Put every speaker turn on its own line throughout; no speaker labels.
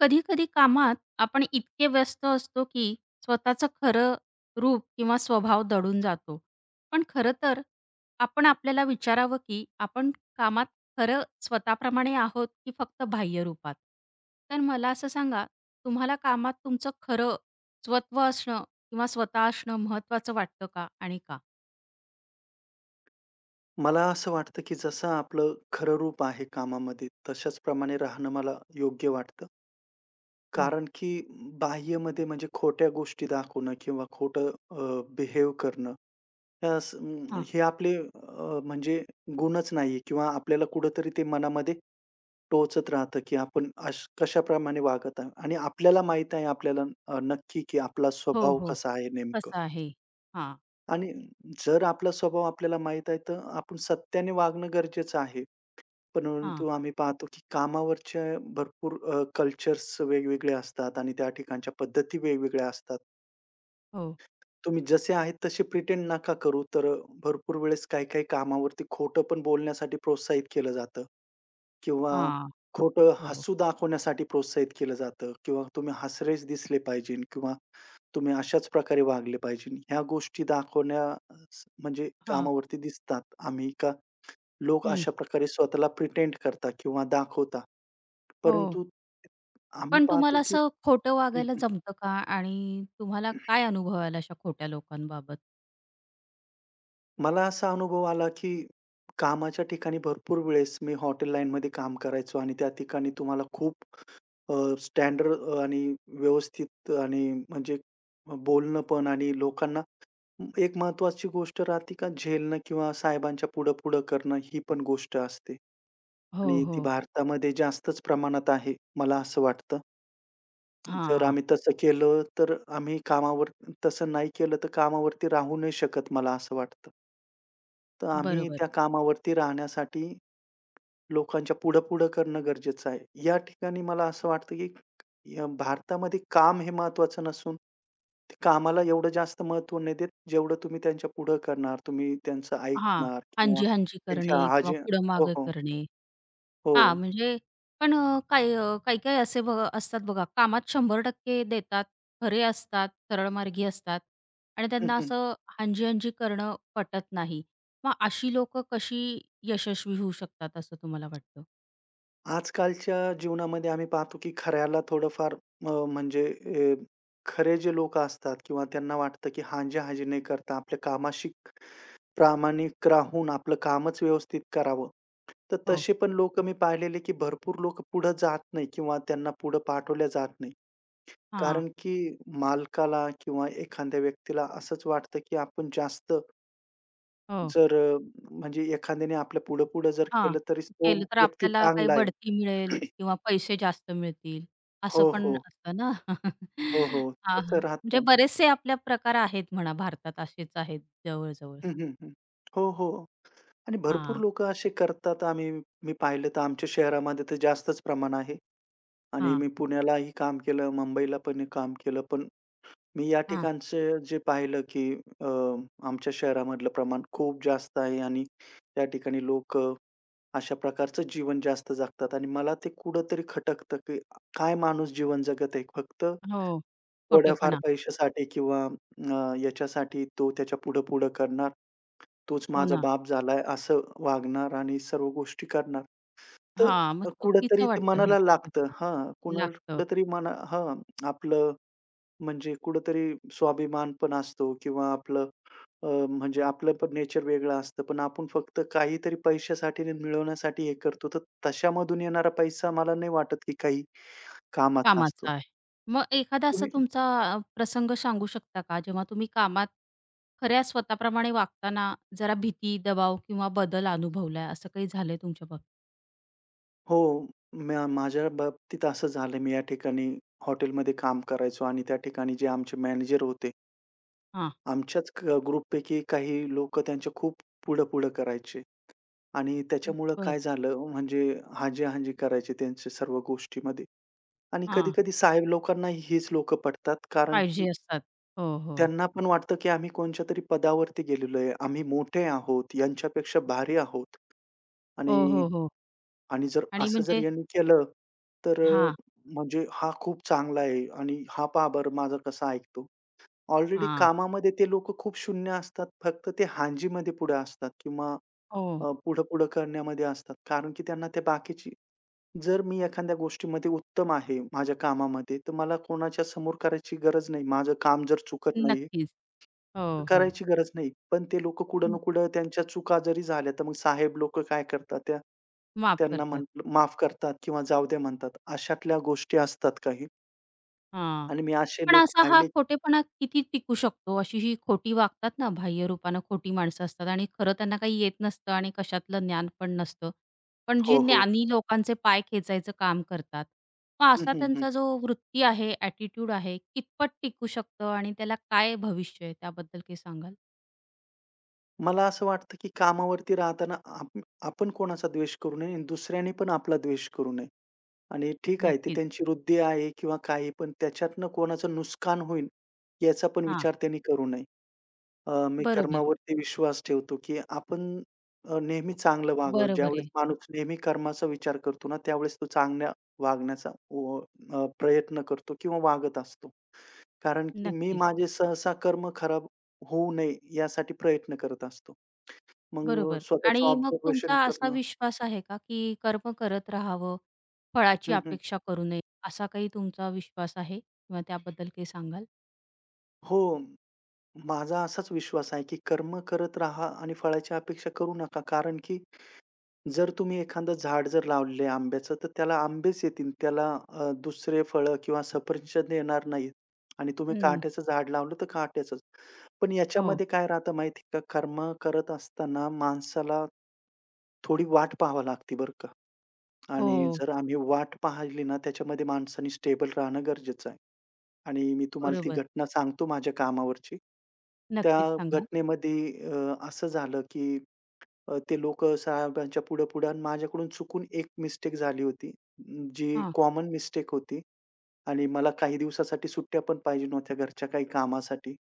कधी-कधी कामात आपण इतके व्यस्त असतो की स्वतःचं खरं रूप किंवा स्वभाव दडून जातो. पण खरं तर आपण आपल्याला विचारावं की आपण कामात खरं स्वतःप्रमाणे आहोत की फक्त बाह्य रूपात? तर मला असं सांगा, तुम्हाला कामात तुमचं खरं स्वत्व असणं किंवा स्वतः असणं महत्त्वाचं वाटतं का आणि का?
मला असं वाटतं, की जसं आपलं खरं रूप आहे कामामध्ये, तशाच प्रमाणे राहणं मला योग्य वाटतं.
हं,
कारण की बाह्यमध्ये म्हणजे खोट्या गोष्टी दाखवणं किंवा खोटं बिहेव करणं, ह्या स म,
हां.
हे आपले म्हणजे गुणच नाहीये किंवा आपल्याला कुठेतरी ते मनामध्ये टोचत राहतं, की आपण कशाप्रमाणे वागत आहे आणि आपल्याला माहीत आहे आपल्याला नक्की की आपला
हो,
स्वभाव
हो.
कसा आहे नेमकं.
तसं आहे. हां,
आणि जर आपला स्वभाव आपल्याला माहीत आहे, तर आपण सत्याने वागणं गरजेचं आहे.
हां.
परंतु आम्ही पाहतो की कामावरच्या भरपूर कल्चर्स वेगवेगळे असतात आणि त्या ठिकाणच्या पद्धती वेगवेगळ्या असतात.
हो.
तुम्ही जसे आहेत तसे प्रिटेंड नका करू. तर भरपूर वेळेस काही-काही कामावरती खोटं पण बोलण्यासाठी प्रोत्साहित केलं जातं किंवा
हां.
खोटं
हो.
हसू दाखवण्यासाठी प्रोत्साहित केलं जातं किंवा तुम्ही हसरेच दिसले पाहिजे किंवा तुम्ही अशाच प्रकारे वागले पाहिजे. ह्या गोष्टी दाखवण्या म्हणजे
हां.
कामावरती दिसतात. आम्ही का लोक
हं.
अशा प्रकारे स्वतःला प्रिटेंड करतात किंवा दाखवतात.
हो.
परंतु आम्ही
पण
पाहतो
तुम्हाला
की
असं खोटं
हं,
वागायला
हं.
जमतं का? आणि तुम्हाला काय अनुभव आला अशा खोट्या लोकांबाबत?
मला असा अनुभव आला की कामाच्या ठिकाणी भरपूर वेळेस मी हॉटेल लाईनमध्ये काम करायचो आणि त्या ठिकाणी तुम्हाला खूप अ, स्टँडर्ड आणि व्यवस्थित आणि म्हणजे बोलणं पण आणि लोकांना एक महत्त्वाची गोष्ट राहते का झेलणं किंवा साहेबांच्या पुढं-पुढं करणं ही पण गोष्ट असते
हो,
आणि ती
हो.
भारतामध्ये जास्तच प्रमाणात आहे, मला असं वाटतं. जर
हां,
आम्ही तसं केलं, तर आम्ही कामावर तसं नाही केलं, तर कामावरती राहू नाही शकत मला असं वाटतं. तर आम्ही
बरोबर.
त्या कामावरती राहण्यासाठी लोकांच्या पुढं-पुढं करणं गरजेचं आहे. या ठिकाणी मला असं वाटतं, की भारतामध्ये काम हे महत्त्वाचं नसून, ते कामाला एवढं जास्त महत्त्व नाही देत, जेवढं तुम्ही त्यांच्या पुढं करणार, तुम्ही त्यांचं
हां,
ऐकणार किंवा
हांजी-हांजी
त्यांच्या
करणे किंवा
हाजे
पुढं
हो,
मागे
हो.
करणे.
हो.
हां, म्हणजे पण काही काही-काही असे बघा असतात बघा, कामात 100% देतात, खरे असतात, सरळमार्गी असतात आणि
हं,
त्यांना
हं.
असं हांजी-हांजी करणं पटत नाही. मग अशी लोकं कशी यशस्वी होऊ शकतात असं तुम्हाला वाटतं?
आजकालच्या जीवनामध्ये आम्ही पाहतो की खऱ्याला थोडंफार म्हणजे खरे जे लोक असतात किंवा त्यांना वाटतं की हांजी-हांजी न करता आपल्या कामाशी प्रामाणिक राहून आपलं कामच व्यवस्थित करावं. तर
हो.
तसे पण लोक मी पाहिलेले की भरपूर लोक पुढे जात नाही किंवा त्यांना पुढे पाठवल्या जात नाही.
हां.
कारण की मालकाला किंवा एखाद्या व्यक्तीला असंच वाटतं की आपण जास्त
हो.
जर अ, म्हणजे एखाद्याने आपल्या पुढं-पुढं जर
हां,
केलं तरी तो
केलं तर
व्यक्ती
आपल्याला काही
चांगला आहे.
बढती मिळेल किंवा पैसे जास्त मिळतील, असं
हो,
पण
हो.
असतं ना.
हो, हो.
हां, हां.
तसं
म्हणजे
राहतं.
बरेचसे आपल्या प्रकार आहेत म्हणा भारतात असेच आहेत जवळ-जवळ.
हं, हं, हं. हो, हो. आणि भरपूर
हां,
लोकं असे करतात. मी पाहिलं तर आमच्या शहरामध्ये तर जास्तच प्रमाण आहे आणि
हां,
मी पुण्यालाही काम केलं, मुंबईला पण काम केलं. पण मी या
हां.
ठिकाणचं जे पाहिलं, की अ, आमच्या शहरामधलं प्रमाण खूप जास्त आहे आणि त्या ठिकाणी लोकं अशा प्रकारचं जीवन जास्त जगतात आणि मला ते कुठेतरी खटकतं, की काय माणूस जीवन जगत आहे. फक्त
हो,
थोड्याफार
खोटेपणा.
पैशासाठी किंवा याच्यासाठी तो त्याच्या पुढं-पुढं करणार. तोच
हो
माझा
ना.
बाप झालाय असं वागणार आणि सर्व गोष्टी करणार. तर
हां, मग
कुठेतरी
चुकीचं
ते
वाटतं हे
मनाला लागतं.
कुठेतरी.
हां, कुणा
लागतं,
कुठेतरी मना हां, आपलं म्हणजे कुठेतरी स्वाभिमान पण असतो किंवा आपलं म्हणजे आपलं पण नेचर वेगळं असतं. पण आपण फक्त काहीतरी पैशासाठी आणि मिळवण्यासाठी हे करतो. तर तशामधून येणारा पैसा मला नाही वाटत की काही कामाचा
कामाचं
असतो.
आहे. मग एखादा असा
तुम्ही
तुमचा प्रसंग सांगू शकता का, जेव्हा तुम्ही कामात खऱ्या स्वतःप्रमाणे वागताना जरा भीती, दबाव किंवा बदल अनुभवलाय, असं काही झालंय तुमच्या बाबतीत?
हो. म्या माझ्या बाबतीत असं झालं. मी या ठिकाणी हॉटेलमध्ये काम करायचो आणि त्या ठिकाणी जे आमचे मॅनेजर होते,
हां,
आमच्याच ग्रुपपैकी काही लोकं त्यांच्या खूप पुढं-पुढं करायचे आणि त्याच्यामुळं
बरं.
काय झालं म्हणजे हाजी-हाजी करायचे त्यांच्या सर्व गोष्टीमध्ये आणि
हां,
कधी-कधी साहेब लोकांनाही हीच लोकं पटतात. कारण
फाय
की
जी असतात. हो, हो.
त्यांना पण वाटतं, की आम्ही कोणच्यातरी पदावरती गेलेलो आहे. आम्ही मोठे आहोत, यांच्यापेक्षा भारी आहोत
हो,
आणि
हो, हो.
आणि जर
आणि
असं जर
म्हणजे
यांनी केलं, तर अ,
हां,
म्हणजे हा खूप चांगला आहे आणि हा पहा बरं माझा कसा ऐकतो. ऑलरेडी
हां.
कामामध्ये ते लोकं खूप शून्य असतात. फक्त ते हांजीमध्ये पुढे असतात किंवा
हो,
पुढं-पुढं करण्यामध्ये असतात. कारण की त्यांना त्या बाकीची जर मी एखाद्या गोष्टीमध्ये उत्तम आहे माझ्या कामामध्ये, तर मला कोणाच्या समोर करायची गरज नाही. माझं काम जर चुकत नाहीये,
नक्कीच. हो, हो.
करायची गरज नाही. पण ते लोक कुठं ना
हं.
कुठं त्यांच्या चुका जरी झाल्या, तर मग साहेब लोक काय करतात त्या
माफ
त्यांना म्हण
करतात.
माफ करतात किंवा जाऊ दे म्हणतात. अशातल्या गोष्टी असतात काही.
हां.
आणि मी असे
पण
लोक
असा हा
पाहिले.
खोटेपणा किती टिकू शकतो? अशी ही खोटी वागतात ना, बाह्य रूपानं खोटी माणसं असतात आणि खरं त्यांना काही येत नसतं आणि कशातलं ज्ञान पण नसतं. पण जे
हो, हो.
ज्ञानी लोकांचे पाय खेचायचं काम करतात. मग
हं,
असा
हं, हं.
त्यांचा जो वृत्ती आहे, ॲटिट्यूड आहे, कितपत टिकू शकतं आणि त्याला काय भविष्य आहे? त्याबद्दल काही सांगाल?
मला असं वाटतं, की कामावरती राहताना आपण कोणाचा द्वेष करू नये आणि दुसऱ्याने पण आपला द्वेष करू नये. आणि ठीक आहे, ती
नक्कीच.
त्यांची वृत्ती आहे किंवा काही, पण त्याच्यातनं कोणाचं नुकसान होईल याचा पण
हां,
विचार त्यांनी करू नये. मी
बरोबर.
कर्मावरती विश्वास ठेवतो, की आपण नेहमी
ब
चांगलं वागावं.
बरोबर
ज्यावेळेस
आहे.
माणूस नेहमी कर्माचा विचार करतो ना, त्यावेळेस तो चांगल्या वागण्याचा प्रयत्न करतो किंवा वागत असतो. कारण की मी
नक्कीच,
माझे सहसा कर्म खराब होऊ नये यासाठी प्रयत्न करत असतो. मग
बरोबर.
अ,
आणि मग तुमचा
ऑब्झर्वेशन
असा
करणं
विश्वास आहे का, की कर्म करत राहावं, फळाची
हं, हं.
अपेक्षा करू नये, असा काही तुमचा विश्वास आहे किंवा त्याबद्दल काही सांगाल?
हो, माझा असाच विश्वास आहे, की कर्म करत राहा आणि फळाची अपेक्षा करू नका. कारण की जर तुम्ही एखादं झाड जर लावले आंब्याचं, तर त्याला आंबेच येतील. त्याला दुसरे फळं किंवा सफरचंद येणार नाहीत. आणि तुम्ही
हं.
काट्याचं झाड लावलं तर काट्याचंच. पण
हो,
याच्यामध्ये काय राहतं माहिती आहे का? कर्म करत असताना माणसाला थोडी वाट पाहावी लागते बरं का. आणि
हो.
जर आम्ही वाट पाहिली ना, त्याच्यामध्ये माणसाने स्टेबल राहणं गरजेचं आहे. आणि मी तुम्हाला ती
बरोबर.
घटना सांगतो माझ्या कामावरची. त्या
नक्कीच सांगा.
घटनेमध्ये असं झालं की ते लोकं साहेबांच्या पुढं-पुढं आणि माझ्याकडून चुकून एक मिस्टेक झाली होती. जी
हां,
कॉमन मिस्टेक होती आणि मला काही दिवसासाठी सुट्ट्या पण पाहिजे नव्हत्या घरच्या काही कामासाठी.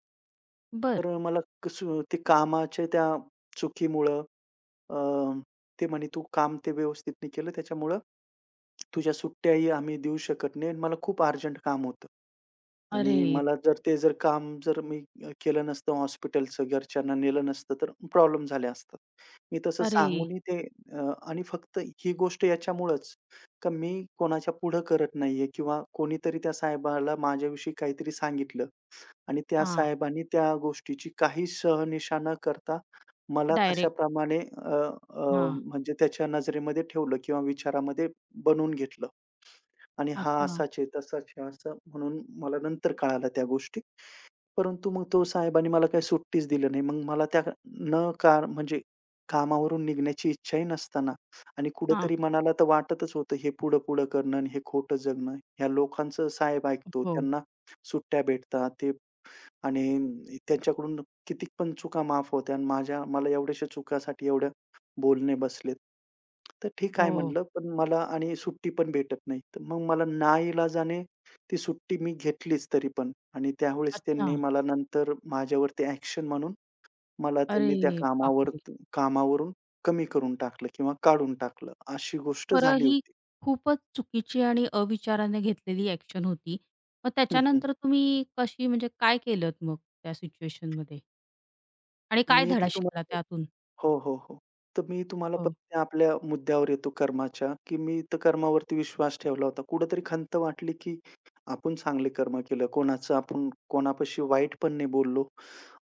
बरं.
तर मला कसं ते कामाच्या त्या चुकीमुळं अ, ते म्हणे, "तू काम ते व्यवस्थित नाही केलं त्याच्यामुळं तुझ्या सुट्ट्याही आम्ही देऊ शकत नाही आणि मला खूप अर्जंट काम होतं." आणि
अरे
मला
देवा!
जर ते जर काम जर मी केलं नसतं हॉस्पिटलचं, घरच्यांना नेलं नसतं, तर प्रॉब्लेम झाले असतात. मी तसं
अरे!
सांगूनही अ, आणि फक्त ही गोष्ट याच्यामुळंच, का मी कोणाच्या पुढं करत नाहीये किंवा कोणीतरी त्या साहेबाला माझ्याविषयी काहीतरी सांगितलं आणि त्या
हां,
साहेबांनी त्या गोष्टीची काही शहानिशा न करता मला
डायरेक्ट
तशाप्रमाणे अ, अ,
हां.
म्हणजे त्याच्या नजरेमध्ये ठेवलं किंवा विचारामध्ये बनवून घेतलं. आणि हा
अच्छा.
असाच आहे, तसाच आहे, असं म्हणून मला नंतर कळाल्या त्या गोष्टी. परंतु मग तो साहेबांनी मला काही सुट्टीच दिली नाही. मग मला त्या न कार म्हणजे कामावरून निघण्याची इच्छाही नसताना आणि
हां.
कुठेतरी मनाला तर वाटतच होतं हे पुढं-पुढं करणं आणि हे खोटं जगणं. ह्या लोकांचं साहेब ऐकतो,
हो,
त्यांना सुट्ट्या भेटतात. आणि त्यांच्याकडून कितीक पण चुका माफ होत्या आणि माझ्या मला एवढ्याशा चुकासाठी एवढ्या बोलणे बसलेत. तर ठीक आहे
हो.
म्हटलं, पण मला आणि सुट्टी पण भेटत नाही. तर मग मला नाईलाजाने ती सुट्टी मी घेतलीच तरी पण आणि त्यावेळेस
अच्छा.
त्यांनी मला नंतर माझ्यावरती ॲक्शन म्हणून मला त्यांनी त्या
अरे
कामावर
बापरे!
कामावरून कमी करून टाकलं किंवा काढून टाकलं. अशी गोष्ट
खरं
झाली
ही
होती.
खूपच चुकीची आणि अविचाराने घेतलेली ॲक्शन होती. मग
हं, हं.
त्याच्यानंतर तुम्ही कशी म्हणजे काय केलत मग त्या सिच्युएशनमध्ये? आणि काय
मी तर
धडा शिकला
तुम्हाला
त्यातून?
हो, हो, हो. तर मी तुम्हाला परत
हो,
त्या आपल्या मुद्द्यावर येतो कर्माच्या, की मी तर कर्मावरती विश्वास ठेवला होता. कुठेतरी खंत वाटली, की आपण चांगले कर्म केलं. कोणाचं आपण कोणापाशी वाईट पण नाही बोललो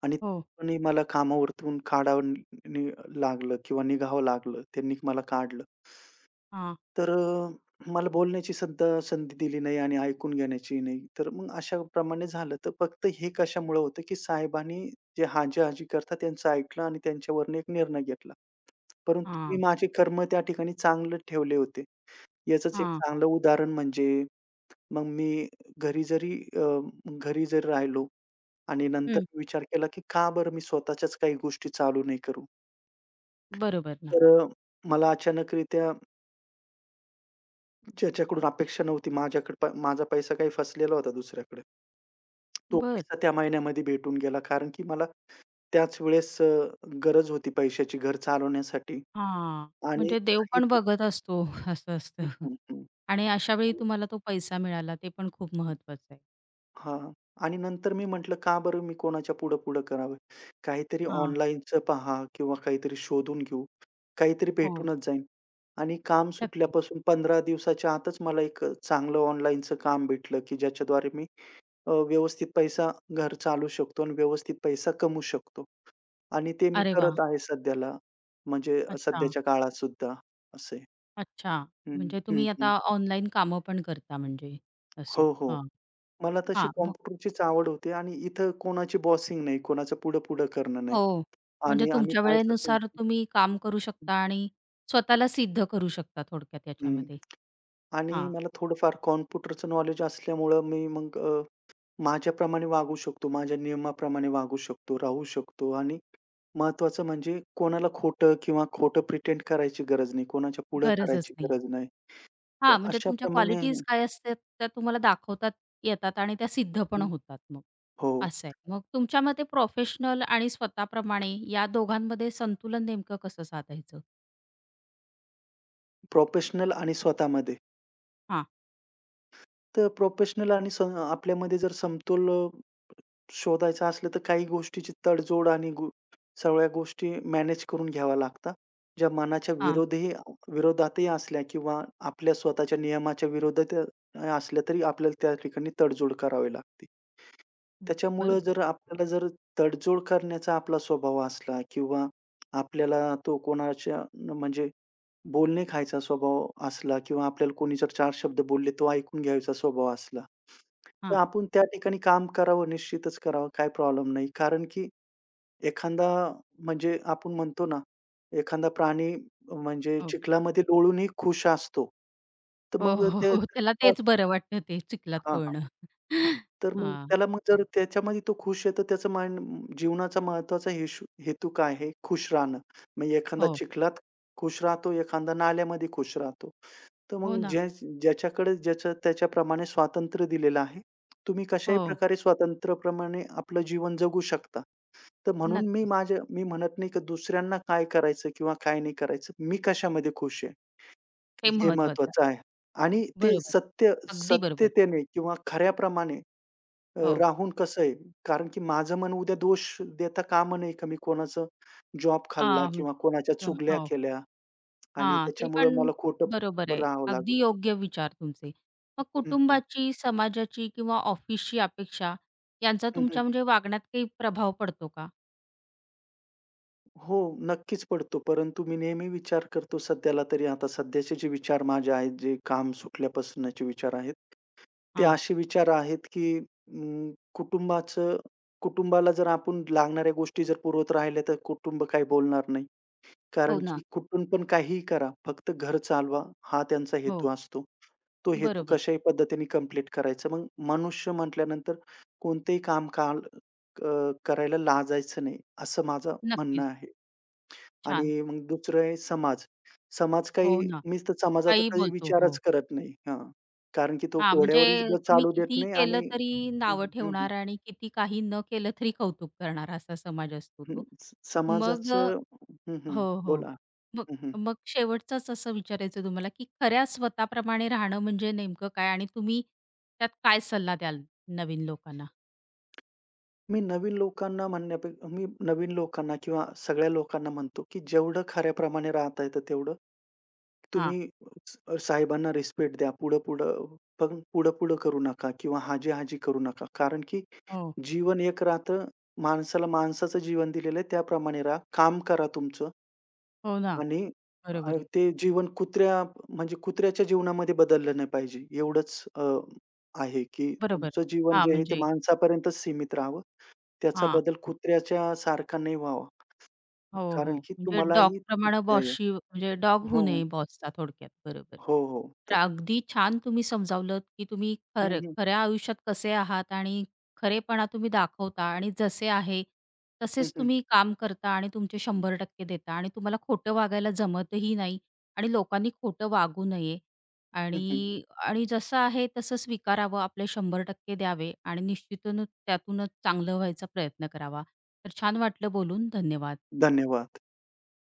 आणि
हो.
कोणी मला कामावरतून काढावं नि नि- लागलं किंवा निघावं लागलं. त्यांनी मला काढलं.
हां,
तर अ, मला बोलण्याची सुद्धा संधी दिली नाही आणि ऐकून घेण्याची नाही. तर मग अशाप्रमाणे झालं. तर फक्त हे कशामुळं होतं, की साहेबांनी जे हाजी-हाजी करतात त्यांचं ऐकलं आणि त्यांच्यावरनं एक निर्णय घेतला. परंतु मी
हां,
माझे कर्म त्या ठिकाणी चांगले ठेवले होते. याचंच एक
हां.
चांगलं उदाहरण म्हणजे मग मी घरी जरी अ, घरी जरी राहिलो आणि नंतर
हं.
विचार केला, की का बरं मी स्वतःच्याच काही गोष्टी चालू नाही करू?
बरोबर ना.
तर अ, मला अचानकरीत्या ज्याच्याकडून अपेक्षा नव्हती माझ्याकडे माझा पैसा काही फसलेला होता दुसऱ्याकडे. तो
बर,
पैसा त्या महिन्यामध्ये भेटून गेला. कारण की मला त्याच वेळेस गरज होती पैशाची घर चालवण्यासाठी
हां.
आणि
म्हणजे देव
काही.
पण बघत असतो असं
हं,
असतं
हं, हं.
आणि अशावेळी तुम्हाला तो पैसा मिळाला ते पण खूप महत्वाचं आहे.
हां. आणि नंतर मी म्हटलं, "का बरं मी कोणाच्या पुढं-पुढं करावं? काहीतरी
हां.
ऑनलाईनचं पहा किंवा काहीतरी शोधून घेऊ. काहीतरी
हो.
भेटूनच जाईन." आणि काम
नक्कीच.
सुटल्यापासून 15 दिवसाच्या आतच मला एक चांगलं ऑनलाईनचं काम भेटलं, की ज्याच्याद्वारे मी व्यवस्थित पैसा घर चालू शकतो आणि व्यवस्थित पैसा कमवू शकतो. आणि ते मी
अरे वाह!
करत आहे सध्याला. म्हणजे
अच्छा,
सध्याच्या काळात सुद्धा असं.
अच्छा.
हं,
म्हणजे
हं,
तुम्ही
हं.
आता ऑनलाईन कामं पण करता म्हणजे असं.
हो, हो. मला तशी
हां, मग
कॉम्प्युटरचीच आवड होती आणि इथं कोणाची बॉसिंग नाही, कोणाचं पुढं-पुढं करणं नाही.
हो. म्हणजे
आणि आम्ही
तुमच्या
पाहायचं की
वेळेनुसार तुम्ही काम करू शकता आणि स्वतःला सिद्ध करू शकता थोडक्यात
हं.
याच्यामध्ये.
आणि
हां,
मला थोडंफार कॉम्प्युटरचं नॉलेज असल्यामुळं मी माझ्याप्रमाणे वागू शकतो, माझ्या नियमाप्रमाणे वागू शकतो, राहू शकतो आणि महत्त्वाचं म्हणजे कोणाला खोटं किंवा खोटं प्रिटेंड करायची गरज नाही, कोणाच्या पुढं
गरजच
करायची
नाही.
गरज नाही. तर
हां, म्हणजे तुमच्या
अशाप्रमाणे.
क्वालिटीज काय असतात त्या तुम्हाला दाखवतात येतात आणि त्या सिद्ध पण
हं,
होतात मग.
हो,
असं आहे. मग तुमच्या मते प्रोफेशनल आणि स्वतःप्रमाणे या दोघांमध्ये संतुलन नेमकं कसं साधायचं?
प्रोफेशनल आणि स्वतःमध्ये.
हां,
तर प्रोफेशनल आणि स आपल्यामध्ये जर समतोल शोधायचं असलं तर काही गोष्टीची तडजोड आणि गो सगळ्या गोष्टी मॅनेज करून घ्याव्या लागतात. ज्या मनाच्या
हां.
विरोधही विरोधातही असल्या किंवा आपल्या स्वतःच्या नियमाच्या विरोधात असल्या तरी आपल्याला त्या ठिकाणी तडजोड करावी लागते. त्याच्यामुळं
बरोबर.
जर आपल्याला जर तडजोड करण्याचा आपला स्वभाव असला किंवा आपल्याला तो म्हणजे बोलणे खायचा स्वभाव असला किंवा आपल्याला कोणी जर 4 शब्द बोलले तो ऐकून घ्यायचा स्वभाव असला. तर
हां.
आपण त्या ठिकाणी काम करावं, निश्चितच करावं. काही प्रॉब्लेम नाही. कारण की एखादा म्हणजे आपण म्हणतो ना, एखादा प्राणी म्हणजे
हो.
चिखलामध्ये लोळूनही खुश असतो. तर
हो,
मग
हो,
ते
हो. त्याला
हां,
तेच बरं वाटतं ते चिखलात
हां.
लोळणं.
तर मग
हां.
त्याला मग जर त्याच्यामध्ये तो खुश आहे, तर त्याचं माइंड जीवनाचा महत्त्वाचा हेतू काय आहे? खुश राहणं. मग एखादा
हो.
चिखलात खुश राहतो, एखादा नाल्यामध्ये खुश राहतो. तर
हो
मग
ना.
ज्याच्याकडे ज्याचं त्याच्याप्रमाणे स्वातंत्र्य दिलेलं आहे. तुम्ही कशाही
हो.
प्रकारे स्वातंत्र्याप्रमाणे आपलं जीवन जगू शकता. तर म्हणून
नक्कीच.
मी म्हणत नाही की दुसऱ्यांना काय करायचं किंवा काय नाही करायचं. मी कशामध्ये खुश आहे,
ते
हे
महत्वाचं आहे.
महत्त्वाचं आहे. आणि ते
बरोबर. अगदी बरोबर.
सत्यतेने किंवा खऱ्याप्रमाणे
हो.
राहून कसं आहे, कारण की माझं मन उद्या दोष देता कामा नये का मी कोणाचं जॉब खाल्ला
आ,
किंवा
म्हणजे
कोणाच्या चुगल्या
हो.
केल्या आणि
हां, ते पण
त्याच्यामुळं मला
बरोबर
खोटं
आहे.
राहावं
अगदी
लागलं.
योग्य विचार तुमचे. मग
हं, हं.
कुटुंबाची, समाजाची किंवा ऑफिसची अपेक्षा यांचा
हं, हं.
तुमच्या म्हणजे वागण्यात काही प्रभाव पडतो का?
हो, नक्कीच पडतो. परंतु मी नेहमी विचार करतो सध्याला तरी आता सध्याचे जे विचार माझे आहेत, जे काम सुटल्यापासूनचे विचार आहेत, ते
हां.
असे विचार आहेत की कुटुंबाला जर आपण लागणाऱ्या गोष्टी जर पुरवत राहिल्या, तर कुटुंब काही बोलणार नाही.
हो
कारण
ना.
की कुठून पण काहीही करा, फक्त घर चालवा हा त्यांचा
हो.
हेतू असतो. तो हेतू
बरोबर.
कशाही पद्धतीने कंप्लीट करायचा. मग मनुष्य म्हटल्यानंतर कोणतेही काम करायला लाजायचं नाही, असं माझं म्हणणं
नक्कीच.
आहे.
छान.
आणि मग दुसरं आहे समाज. समाज काही
हो ना.
मीच तर समाजाचा
काही
काही
बोलतो.
विचारच
हो.
करत नाही. हां, कारण की तो
हां, म्हणजे
घोड्यावरही
तुम्ही
चालू देत
कितीही
नाही
केलं
आणि
तरी
हं,
नावं
हं, हं,
ठेवणारा आणि किती काही न केलं तरी कौतुक करणारा असा समाज असतो
हं.
तो. मग
समाजाचं हं, हं.
हो, हो.
बोला.
मग
हं, हं.
मग शेवटचंच असं विचारायचं तुम्हाला, की खऱ्या स्वतःप्रमाणे राहणं म्हणजे नेमकं काय? आणि तुम्ही त्यात काय सल्ला द्याल नवीन लोकांना?
मी नवीन लोकांना किंवा सगळ्या लोकांना म्हणतो, की जेवढं खऱ्याप्रमाणे राहता येतं तेवढं.
हां.
तुम्ही स साहेबांना रिस्पेक्ट द्या. पुढं-पुढं करू नका किंवा हाजी-हाजी करू नका. कारण की
हो,
जीवन एक राहतं. माणसाला माणसाचं जीवन दिलेलं आहे त्याप्रमाणे राहा. काम करा तुमचं.
हो ना.
आणि
बरोबर आहे.
ते जीवन म्हणजे कुत्र्याच्या जीवनामध्ये बदललं नाही पाहिजे. एवढंच आहे, की
बरोबर.
तुमचं जीवन
हां,
जे आहे ते
म्हणजे
माणसापर्यंतच सीमित राहावं. त्याचा
हां.
बदल कुत्र्याच्या सारखा नाही व्हावा.
हो,
कारण
हो.
की
म्हणजे
तुम्हालाही
डॉगप्रमाणे
द्याय.
बॉसशी म्हणजे डॉग होऊ
हो,
नये बॉसचा थोडक्यात. बरोबर.
हो, हो.
तर
तर
अगदी छान तुम्ही समजावलंत, की तुम्ही
हं,
खरं
हं.
खऱ्या आयुष्यात कसे आहात आणि खरेपणा तुम्ही दाखवता आणि जसे आहे
हं,
तसेच
हं.
तुम्ही काम करता आणि तुमचे 100% देता आणि तुम्हाला खोटं वागायला जमतही नाही आणि लोकांनी खोटं वागू नये
हं, हं.
आणि आणि जसं आहे तसं स्वीकारावं, आपले 100% द्यावे आणि निश्चितच त्यातूनच चांगलं व्हायचा प्रयत्न करावा. तर छान वाटलं बोलून. धन्यवाद.
धन्यवाद.